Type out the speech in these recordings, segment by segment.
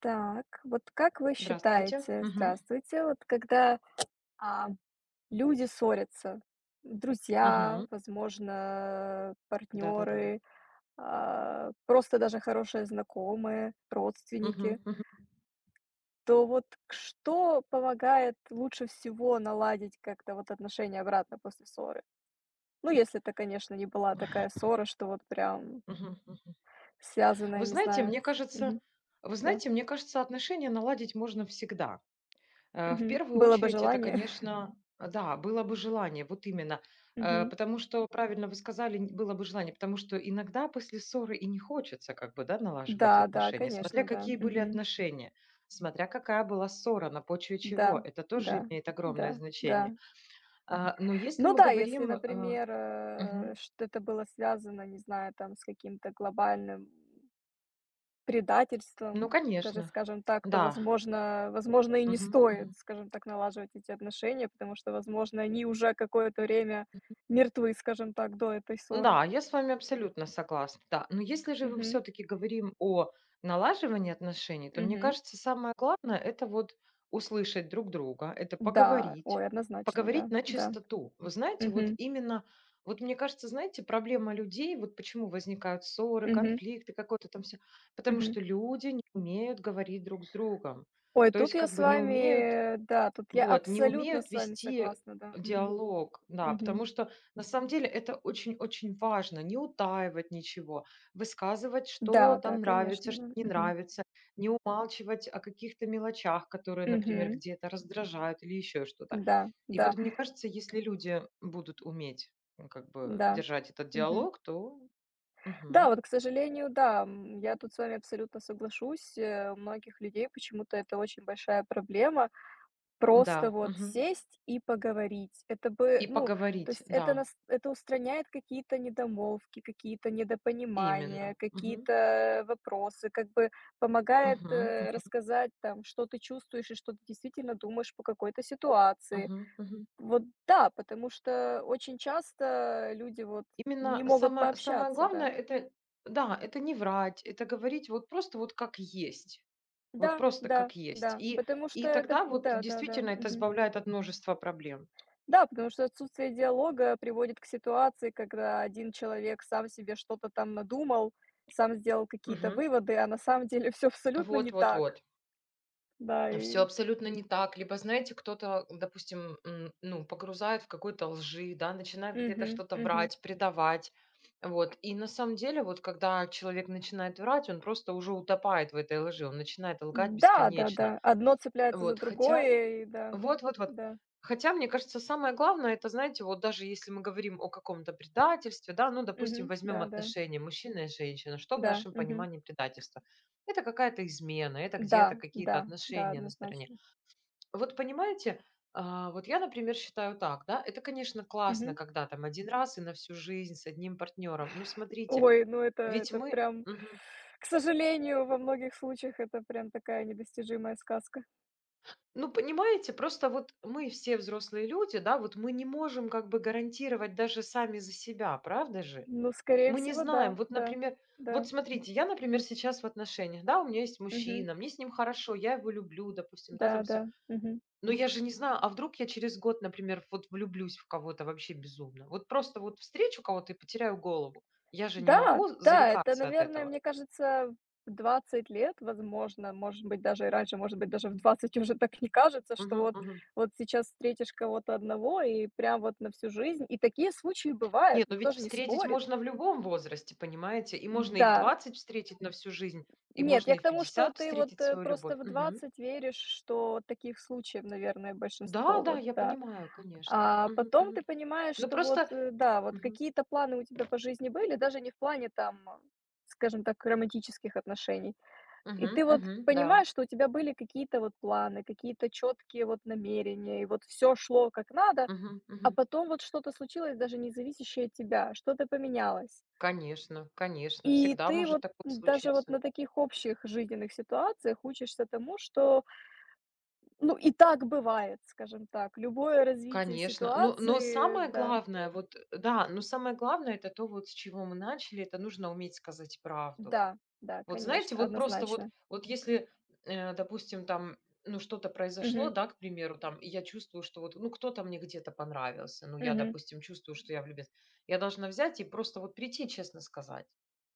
Так, вот как вы Здравствуйте. считаете, Мгм. здравствуйте, вот когда, а, люди ссорятся, друзья, Мгм. возможно, Да-да-да. партнеры, просто даже хорошие знакомые, Мгм. родственники, Мгм. то вот что помогает лучше всего наладить как-то вот отношения обратно после ссоры? Ну, если это, конечно, не была такая ссора, что вот прям Мгм. Мгм. связанная, Вы не знаете, знаю, мне с кажется вы да, знаете, мне кажется, отношения наладить можно всегда. В первую было бы очередь это, желание. конечно, да, было бы желание, вот именно. Потому что, правильно вы сказали, н было бы желание, потому что иногда после ссоры и не хочется как бы, да, налаживать Да, да, отношения, смотря конечно, да. какие были Мгм. отношения, смотря какая была ссора, на почве чего. Да, Это да, тоже имеет да, огромное да. значение. А, но если Ну мы да, если, говорим, например, мгм. что-то было связано, не знаю, там, с каким-то глобальным Ну, предательством, даже, конечно. скажем так, то, Да. возможно, и не Мгм, стоит, мгм. скажем так, налаживать эти отношения, потому что, возможно, они уже какое-то время мертвы, скажем так, до этой ссоры. Да, я с вами абсолютно согласна. Да. Но если же мы Мгм. все-таки говорим о налаживании отношений, то мне Мгм. кажется, самое главное это вот услышать друг друга, это Да, поговорить, ой, однозначно, поговорить да, на да. чистоту. Вы знаете, вот Мгм. именно, вот мне кажется, знаете, проблема людей, вот почему возникают ссоры, Мгм. конфликты, какой-то там все, потому Мгм. что люди не умеют говорить друг с другом. Ой, То есть тут я как с бы не умеют. вами, да, тут я Вот, не абсолютно умеют с вами вести согласна, да. Мгм. диалог, да, Мгм. потому что на самом деле это очень-очень важно, не утаивать ничего, высказывать, что Да, да, там нравится, конечно, что да. не Мгм. нравится, не умалчивать о каких-то мелочах, которые, например, Мгм. где-то раздражают или еще что-то. Да, И да, вот мне кажется, если люди будут уметь как бы да. держать этот Мгм. диалог, то Да, мгм. вот, к сожалению, да, я тут с вами абсолютно соглашусь. У многих людей почему-то это очень большая проблема. Просто Да, вот мгм. сесть и поговорить. Это бы, И ну, то поговорить, есть это да, нас это устраняет какие-то недомолвки, какие-то недопонимания, именно. Мгм. какие-то вопросы, как бы помогает, Мгм. Мгм. рассказать там, что ты чувствуешь и что ты действительно думаешь по какой-то ситуации. Мгм. Мгм. Вот да, потому что очень часто люди вот не Именно могут самое самое пообщаться, да. главное- это да, это не врать, это говорить вот просто вот как есть. Вот Да, просто да, как есть. да, И потому и что это тогда вот да-да-да, действительно это мгм. избавляет от множества проблем. Да, потому что отсутствие диалога приводит к ситуации, когда один человек сам себе что-то там надумал, сам сделал какие-то Мгм. выводы, а на самом деле все абсолютно Вот не вот так. вот. Да, Все и абсолютно не так. Либо, знаете, кто-то, допустим, ну, погрузает в какой-то лжи, да, начинает где-то мгм, что-то мгм. врать, предавать. Вот. И на самом деле, вот когда человек начинает врать, он просто уже утопает в этой лжи, он начинает лгать бесконечно. Да-да-да, одно цепляется за Вот. Хотя другое, и да, вот вот вот. да. Хотя, мне кажется, самое главное, это, знаете, вот даже если мы говорим о каком-то предательстве, да, ну, допустим, Мгм. возьмем Да-да. отношения мужчина и женщина, что в Да, нашем да, мгм. понимании предательства? Это какая-то измена, это где-то Да, какие-то да, да, отношения на стороне. однозначно. Вот понимаете, вот я, например, считаю так, да, это, конечно, классно, Мгм. когда там один раз и на всю жизнь с одним партнером, но смотрите, Ой, ну это ведь это мы... прям, Мгм. к сожалению, во многих случаях это прям такая недостижимая сказка. Ну, понимаете, просто вот мы все взрослые люди, да, вот мы не можем как бы гарантировать даже сами за себя, правда же? Ну, скорее Мы не всего, знаем. да, Вот, да, например, вот да, смотрите, я, например, сейчас в отношениях, да, у меня есть мгм, мужчина, мне с ним хорошо, я его люблю, допустим, да, да, там все. да, мгм. Но я же не знаю, а вдруг я через год, например, вот влюблюсь в кого-то вообще безумно. Вот просто вот встречу кого-то и потеряю голову. Я же не Да, могу да, это, зарекаться от наверное, этого. мне кажется, в 20 лет, возможно, может быть, даже и раньше, может быть, даже в 20 уже так не кажется, что вот, вот сейчас встретишь кого-то одного и прям вот на всю жизнь. И такие случаи Нет, бывают, но никто ведь же не встретить спорит. можно в любом возрасте, понимаете? И можно и в Да. 20 встретить на всю жизнь, и Нет, можно я и к в тому, что 50 ты вот встретить свою любовь. просто в Мгм. 20 веришь, что таких случаев, наверное, Да, большинство, да, вот, я да. понимаю, конечно. А Мгм, потом мгм. ты понимаешь, Ну что вот, просто да, вот мгм, какие-то планы у тебя по жизни были, даже не в плане там, скажем так, романтических отношений. И мгм, ты вот мгм, да. понимаешь, что у тебя были какие-то вот планы, какие-то четкие вот намерения, и вот все шло как надо, Мгм, а мгм. потом вот что-то случилось, даже не зависящее от тебя, что-то поменялось. Конечно, конечно, И всегда ты может вот такое даже вот случиться. на таких общих жизненных ситуациях учишься тому, что, ну, и так бывает, скажем так. Любое развитие Конечно. Но ситуации, самое да. главное, вот, да, но самое главное— это то, вот с чего мы начали, это нужно уметь сказать правду. Да, да, Вот знаете, конечно, вот просто вот, однозначно. вот если, допустим, там, ну, что-то произошло, Мгм, да, к примеру, там, и я чувствую, что вот, ну, кто-то мне где-то понравился, ну, я, мгм. допустим, чувствую, что я влюбилась, я должна взять и просто вот прийти и честно сказать.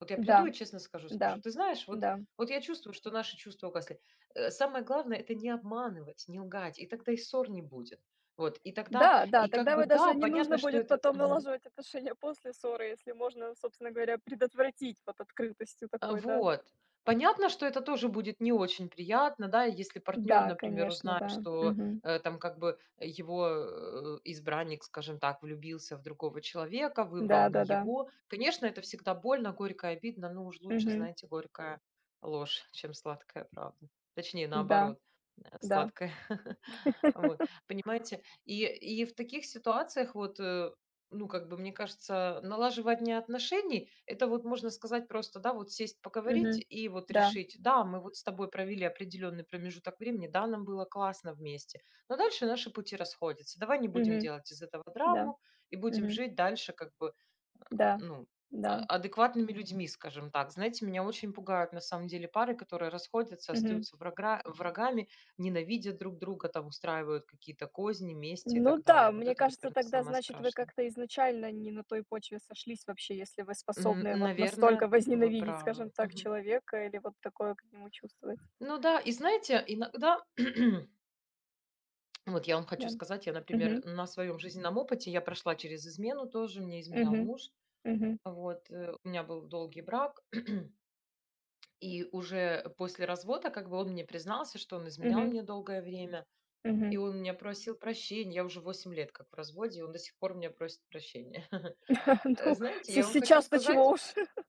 Вот я приду Да, и честно скажу, да, скажу, ты знаешь, вот, да. вот я чувствую, что наши чувства угасли. Самое главное— это не обманывать, не лгать, и тогда и ссор не будет. Вот, и тогда, Да, да, и как тогда бы, вы да, даже не понятно, нужно что будет это... потом Мгм. налаживать отношения после ссоры, если можно, собственно говоря, предотвратить вот открытостью А, такой, да. вот. Понятно, что это тоже будет не очень приятно, да, если партнер, Да, например, конечно, узнает, да. что Мгм. Там как бы его избранник, скажем так, влюбился в другого человека, выбрал не Да-да-да. его. Конечно, это всегда больно, горько, и обидно, но уж лучше, Мгм. знаете, горькая ложь, чем сладкая правда. Точнее, Да, наоборот, да. сладкая. Вот, понимаете? И в таких ситуациях вот ну, как бы, мне кажется, налаживание отношений— это вот, можно сказать, просто, да, вот сесть, поговорить Мгм. и вот Да. решить: да, мы вот с тобой провели определенный промежуток времени, да, нам было классно вместе, но дальше наши пути расходятся. Давай не будем Мгм. делать из этого Да. драму и будем Мгм. жить дальше как бы, Да. ну, Да. Адекватными людьми, скажем так. Знаете, меня очень пугают на самом деле пары, которые расходятся, Мгм. остаются врагами, ненавидят друг друга, там устраивают какие-то козни, мести и так Ну далее. да, Вот мне это, кажется, наверное, тогда, самое значит, вы страшное. как-то изначально не на той почве сошлись вообще, если вы способны вот Наверное, настолько вы возненавидеть, скажем правы. так, Мгм. человека или вот такое к нему чувствовать. Ну да, и знаете, иногда вот я вам хочу Да. сказать, я, Мгм. например, на своем жизненном опыте, я прошла через измену тоже, мне изменял Мгм. муж, Мгм. вот, у меня был долгий брак, и уже после развода, как бы, он мне признался, что он изменял Мгм. мне долгое время, и Мгм. он меня просил прощения, я уже 8 лет как в разводе, и он до сих пор меня просит прощения. Ну, знаете, се я вам хочу сейчас-то сказать, чего уж.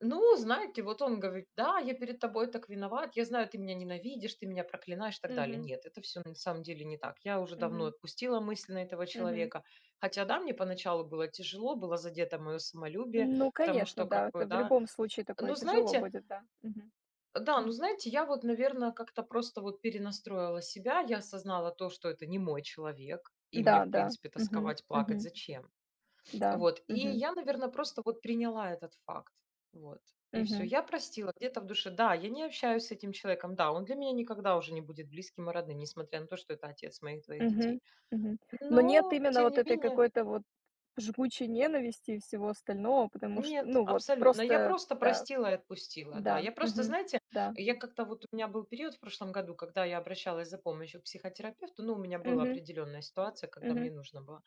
ну, знаете, вот он говорит: "Да, я перед тобой так виноват, я знаю, ты меня ненавидишь, ты меня проклинаешь", и так далее. Мгм. Нет, это все на самом деле не так. Я уже давно Мгм. отпустила мысленно этого Мгм. человека. Хотя, да, мне поначалу было тяжело, было задето моё самолюбие, Ну, потому конечно, что как да, бы, это в да. любом случае Ну, такое тяжело знаете, будет, да. Мгм. да, ну, знаете, я вот, наверное, как-то просто вот перенастроила себя. Я осознала то, что это не мой человек, и мне, Да, в да. принципе, Мгм. тосковать, плакать Мгм. зачем? Да. Вот, и Мгм. я, наверное, просто вот приняла этот факт. Вот, и все, Мгм. я простила где-то в душе. Да, я не общаюсь с этим человеком. Да, он для меня никогда уже не будет близким и родным, несмотря на то, что это отец моих 2 детей. Мгм. Мгм. Но нет Но, именно тем вот не этой менее какой-то вот жгучей ненависти и всего остального, потому что, нет, ну вот, абсолютно. Я просто просто да, простила и отпустила, да. да, Я просто, мгм, знаете, да, я как-то вот у меня был период в прошлом году, когда я обращалась за помощью к психотерапевту. Ну, у меня была мгм, определенная ситуация, когда мне мгм, нужно было.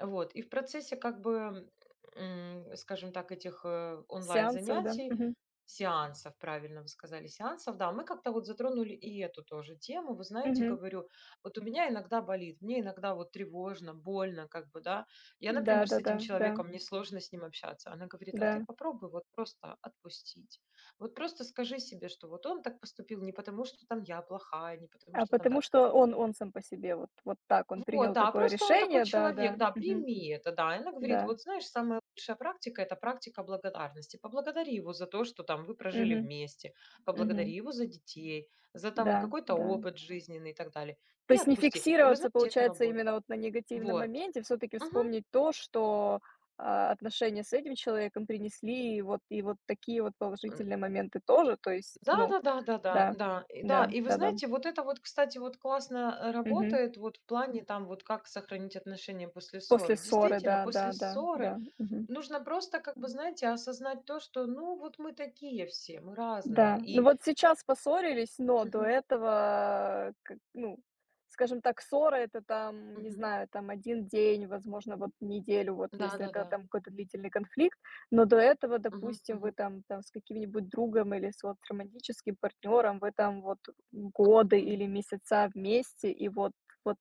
Вот. И в процессе как бы, скажем так, этих сеансов, да, онлайн-занятий, мгм, сеансов, правильно вы сказали, сеансов, да, мы как-то вот затронули и эту тоже тему. Вы знаете, мгм, говорю, вот у меня иногда болит, мне иногда вот тревожно, больно, как бы, да. Я, например, с да-да-да, этим да, да, человеком, мне сложно с ним общаться. Она говорит, а да, ты да. попробуй вот просто отпустить. Вот просто скажи себе, что вот он так поступил не потому, что там я плохая, не потому, А что там так. потому что он сам по себе вот вот так, он Вот, принял да, такое просто он такой решение, человек, да-да, да, мгм, прими это, да. И она говорит, да, вот знаешь, самая лучшая практика— это практика благодарности. Поблагодари его за то, что там вы прожили мгм, вместе, поблагодари мгм, его за детей, за там да, какой-то да. опыт жизненный и так далее. То И есть не отпусти. И вы фиксироваться, знаете, это получается, работает. именно вот на негативном Вот. моменте, все таки Мгм. вспомнить то, что, отношения с этим человеком принесли, и вот такие вот положительные моменты тоже. То есть, ну Да-да-да-да-да, да, да, да, да, да, да, и да, да, и вы да-да. знаете, вот это вот, кстати, вот классно, Мгм. работает вот в плане там вот как сохранить отношения после После ссоры. ссоры, Действительно, да, после да, да, ссоры да. Мгм. нужно просто как бы, знаете, осознать то, что ну вот мы такие все, мы разные. Да, ну И вот сейчас поссорились, но до мгм. этого, как, ну, скажем так, ссора — это там, не Мгм. знаю, там один день, возможно, вот неделю, вот если это Да-да-да. там какой-то длительный конфликт. Но до этого, Мгм, допустим, вы мгм, там с каким-нибудь другом или с вот романтическим партнером, вы там вот годы мгм, или месяца вместе, и вот вот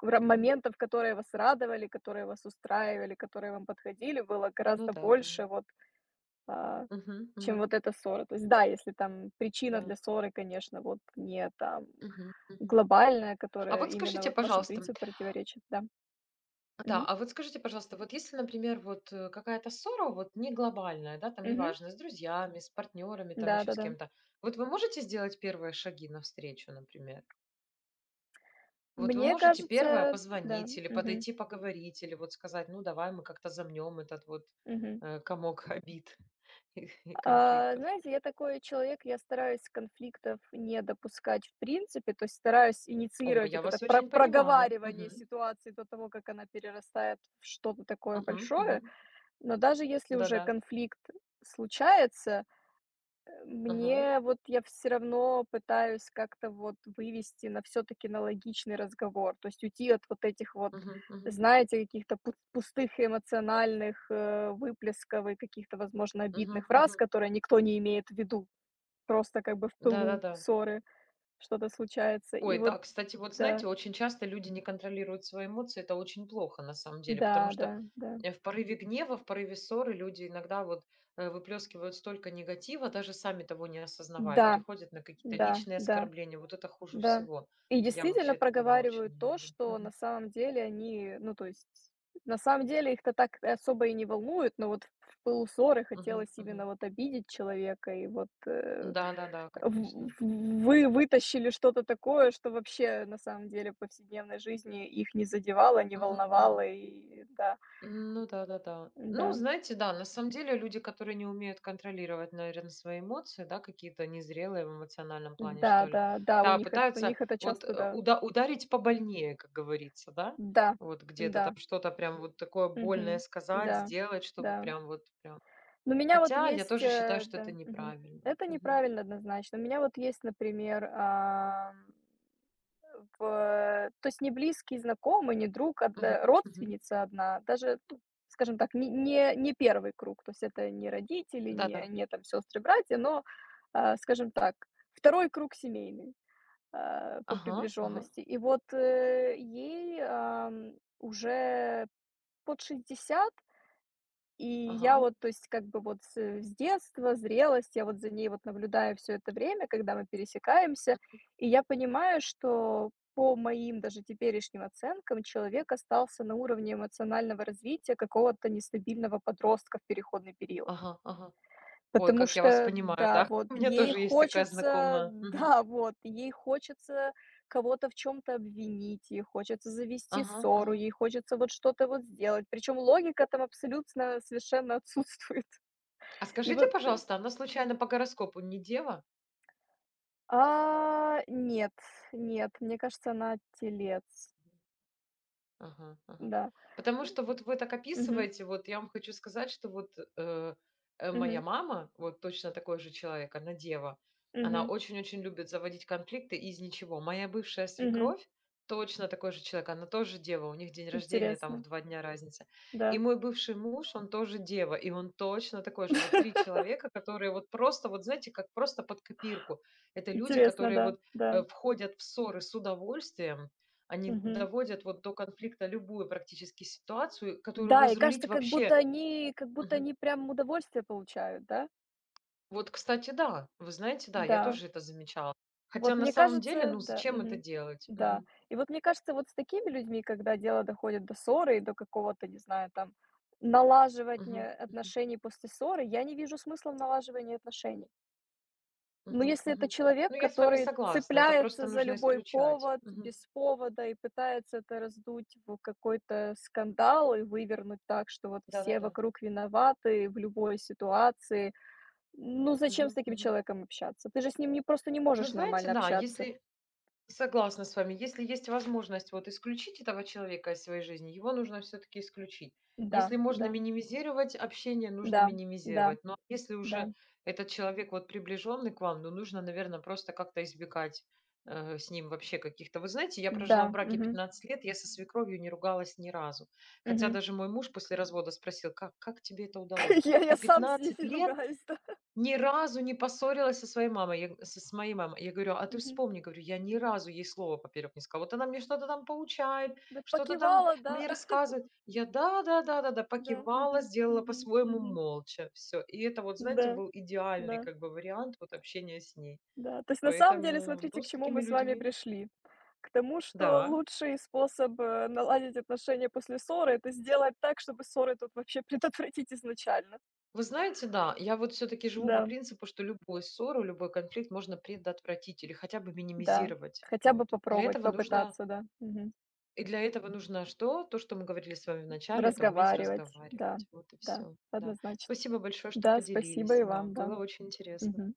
в ра мгм. моментов, которые вас радовали, которые вас устраивали, которые вам подходили, было Ну гораздо да, да. больше вот а, Мгм, чем мгм, вот эта ссора. То есть да, если там причина да. для ссоры, конечно, вот не там Мгм, мгм. глобальная, А которая вот именно скажите, вот вашим пожалуйста, принципам противоречит, да. Да, Мгм. а вот скажите, пожалуйста, вот если, например, вот какая-то ссора, вот не глобальная, да, там Мгм. неважно, с друзьями, с партнерами, там еще с Да-да-да. кем-то, вот вы можете сделать первые шаги навстречу, например? Вот вы Мне можете первое кажется, да. позвонить или Мгм. подойти поговорить, или вот сказать, ну давай мы как-то замнем этот вот Мгм. Комок обид и конфликтов. Знаете, я такой человек, я стараюсь конфликтов не допускать в принципе, то есть стараюсь О, инициировать я вот это вас очень понимаю. проговаривание Мгм. ситуации до того, как она перерастает в что-то такое Мгм. большое. Мгм. Но даже если уже Да-да. конфликт случается, Мгм. мне вот я все равно пытаюсь как-то вот вывести на все таки на логичный разговор, то есть уйти от вот этих вот, Мгм. Мгм. знаете, каких-то пу пустых эмоциональных, выплесков и каких-то, возможно, обидных Мгм. фраз, Мгм. которые никто не имеет в виду. Просто как бы в пылу Да-да-да. ссоры что-то случается. И Ой, вот да, кстати, вот да, знаете, очень часто люди не контролируют свои эмоции, это очень плохо на самом деле, потому да, что да, да, в порыве гнева, в порыве ссоры люди иногда вот выплескивают столько негатива, даже сами того не осознавая, да, переходят на какие-то да, личные да. оскорбления. Вот это хуже Да. всего. И Я действительно вообще такого очень проговаривают не то, люблю. что Мгм. на самом деле они, ну, то есть, на самом деле их-то так и особо и не волнует, но вот в пылу ссоры Мгм. хотелось Мгм. именно вот обидеть человека, и вот Да, да, да, в- конечно. Вы вытащили что-то такое, что вообще на самом деле в повседневной жизни их не задевало, не Мгм, мгм. волновало, и да, Ну да-да-да. Ну, да, знаете, да, на самом деле люди, которые не умеют контролировать, наверное, свои эмоции, да, какие-то незрелые в эмоциональном плане, да, что ли, да, да, да, у пытаются них это вот часто, да, ударить побольнее, как говорится, да, да, вот где-то там да, что-то прям вот такое больное мгм, сказать, да, сделать, чтобы да. прям вот прям. Ну, у меня вот Хотя я есть, тоже считаю, что это да, мгм. неправильно. Это Мгм. неправильно однозначно. У меня вот есть, например, в то есть не близкий знакомый, не друг, Мгм. одна Мгм. родственница одна, даже, ну, скажем так, не первый круг, то есть это не родители, Да-да. Не там сестры, братья, но, скажем так, второй круг семейный, по Ага, ага, приближенности. И вот, ей, уже под 60. И я ага, вот, то есть, как бы вот с, с детства, зрелость, я вот за ней вот наблюдаю все это время, когда мы пересекаемся, и я понимаю, что по моим даже теперешним оценкам человек остался на уровне эмоционального развития какого-то нестабильного подростка в переходный период. ага, ага. Ой, Потому как я вас что, понимаю, да, да. вот У меня ей тоже есть такая хочется, знакомая. Мгм. да, вот ей хочется кого-то в чем то обвинить, ей хочется завести Ага, ссору, ага. ей хочется вот что-то вот сделать. Причем логика там абсолютно совершенно отсутствует. А И скажите, вот, пожалуйста, она случайно по гороскопу не Дева? Нет, нет, мне кажется, она телец. Ага, ага. Да. Потому что вот вы так Мгм, описываете, вот я вам хочу сказать, что вот, моя мгм, мама, вот точно такой же человек, она дева, она мгм, очень-очень любит заводить конфликты из ничего. Моя бывшая мгм. свекровь точно такой же человек, она тоже дева, у них день рождения там в Интересно, 2 дня разница. И да. мой бывший муж, он тоже дева, и он точно такой же. Вот 3 человека, которые вот просто, вот знаете, как просто под копирку. Это люди, Интересно, которые да, вот, да. Входят в ссоры с удовольствием, они Мгм. доводят вот до конфликта любую практически ситуацию, которую Да, и разрулить кажется, вообще как будто мгм. они прям удовольствие получают, да? Вот, кстати, да. Вы знаете, да, я Да. тоже это замечала. Хотя Вот на мне самом деле, кажется, ну, да, зачем это мгм. делать? Да. Мгм. И вот мне кажется, вот с такими людьми, когда дело доходит до ссоры и до какого-то, не знаю, там, Мгм. налаживания Мгм. отношений после ссоры, я не вижу смысла в налаживании отношений. Ну, Мгм. если это Мгм. человек, Ну, я с вами который согласна. Это просто цепляется за нужно любой исключать. повод, Мгм. без повода и пытается это раздуть в какой-то скандал и вывернуть так, что вот все Да-да-да. вокруг виноваты в любой ситуации. Ну, зачем с Мгм. таким Мгм. человеком общаться? Ты же с ним не просто не Ну, можешь знаете, нормально да, общаться. если согласна с вами. Если есть возможность вот исключить этого человека из своей жизни, его нужно все-таки исключить. Да, Если можно да, минимизировать общение, нужно да, да, минимизировать. Но если да, уже этот человек вот приближенный к вам, ну нужно, наверное, просто как-то избегать с ним вообще каких-то. Вы знаете, я прожила в да, браке мгм, 15 лет, я со свекровью не ругалась ни разу. Хотя мгм. даже мой муж после развода спросил, как тебе это удалось? Ты я сам с 15 ними лет ругаюсь, да. ни разу не поссорилась со своей мамой, я г с моей мамой. Я говорю: "А ты Мгм. вспомни", говорю, "я ни разу ей слова поперек не сказала. Вот она мне что-то там поучает, Да что-то там покивала, мне да. рассказывает". Я: "Да-да-да-да-да". Да, Покивала, мгм, сделала мгм, по-своему мгм. молча. Все. И это вот, знаете, Да, был идеальный да. как бы вариант вот общения с ней. Да, то есть на самом деле, Поэтому, смотрите, ну, к с чему такими мы с вами людьми пришли. К тому, что да. лучший способ, наладить отношения после ссоры — это сделать так, чтобы ссоры тут вообще предотвратить изначально. Вы знаете, да, я вот все таки живу по Да, принципу, что любую ссору, любой конфликт можно предотвратить или хотя бы да. минимизировать. Хотя бы Вот. Для попробовать, этого нужно попытаться, да. Мгм. И для этого нужно что? То, что мы говорили с вами в начале, это уметь Разговаривать, да, разговаривать. Вот и да, все. Да. однозначно. Спасибо большое, что Да, поделились. спасибо и Да, вам, да. было очень интересно. Мгм.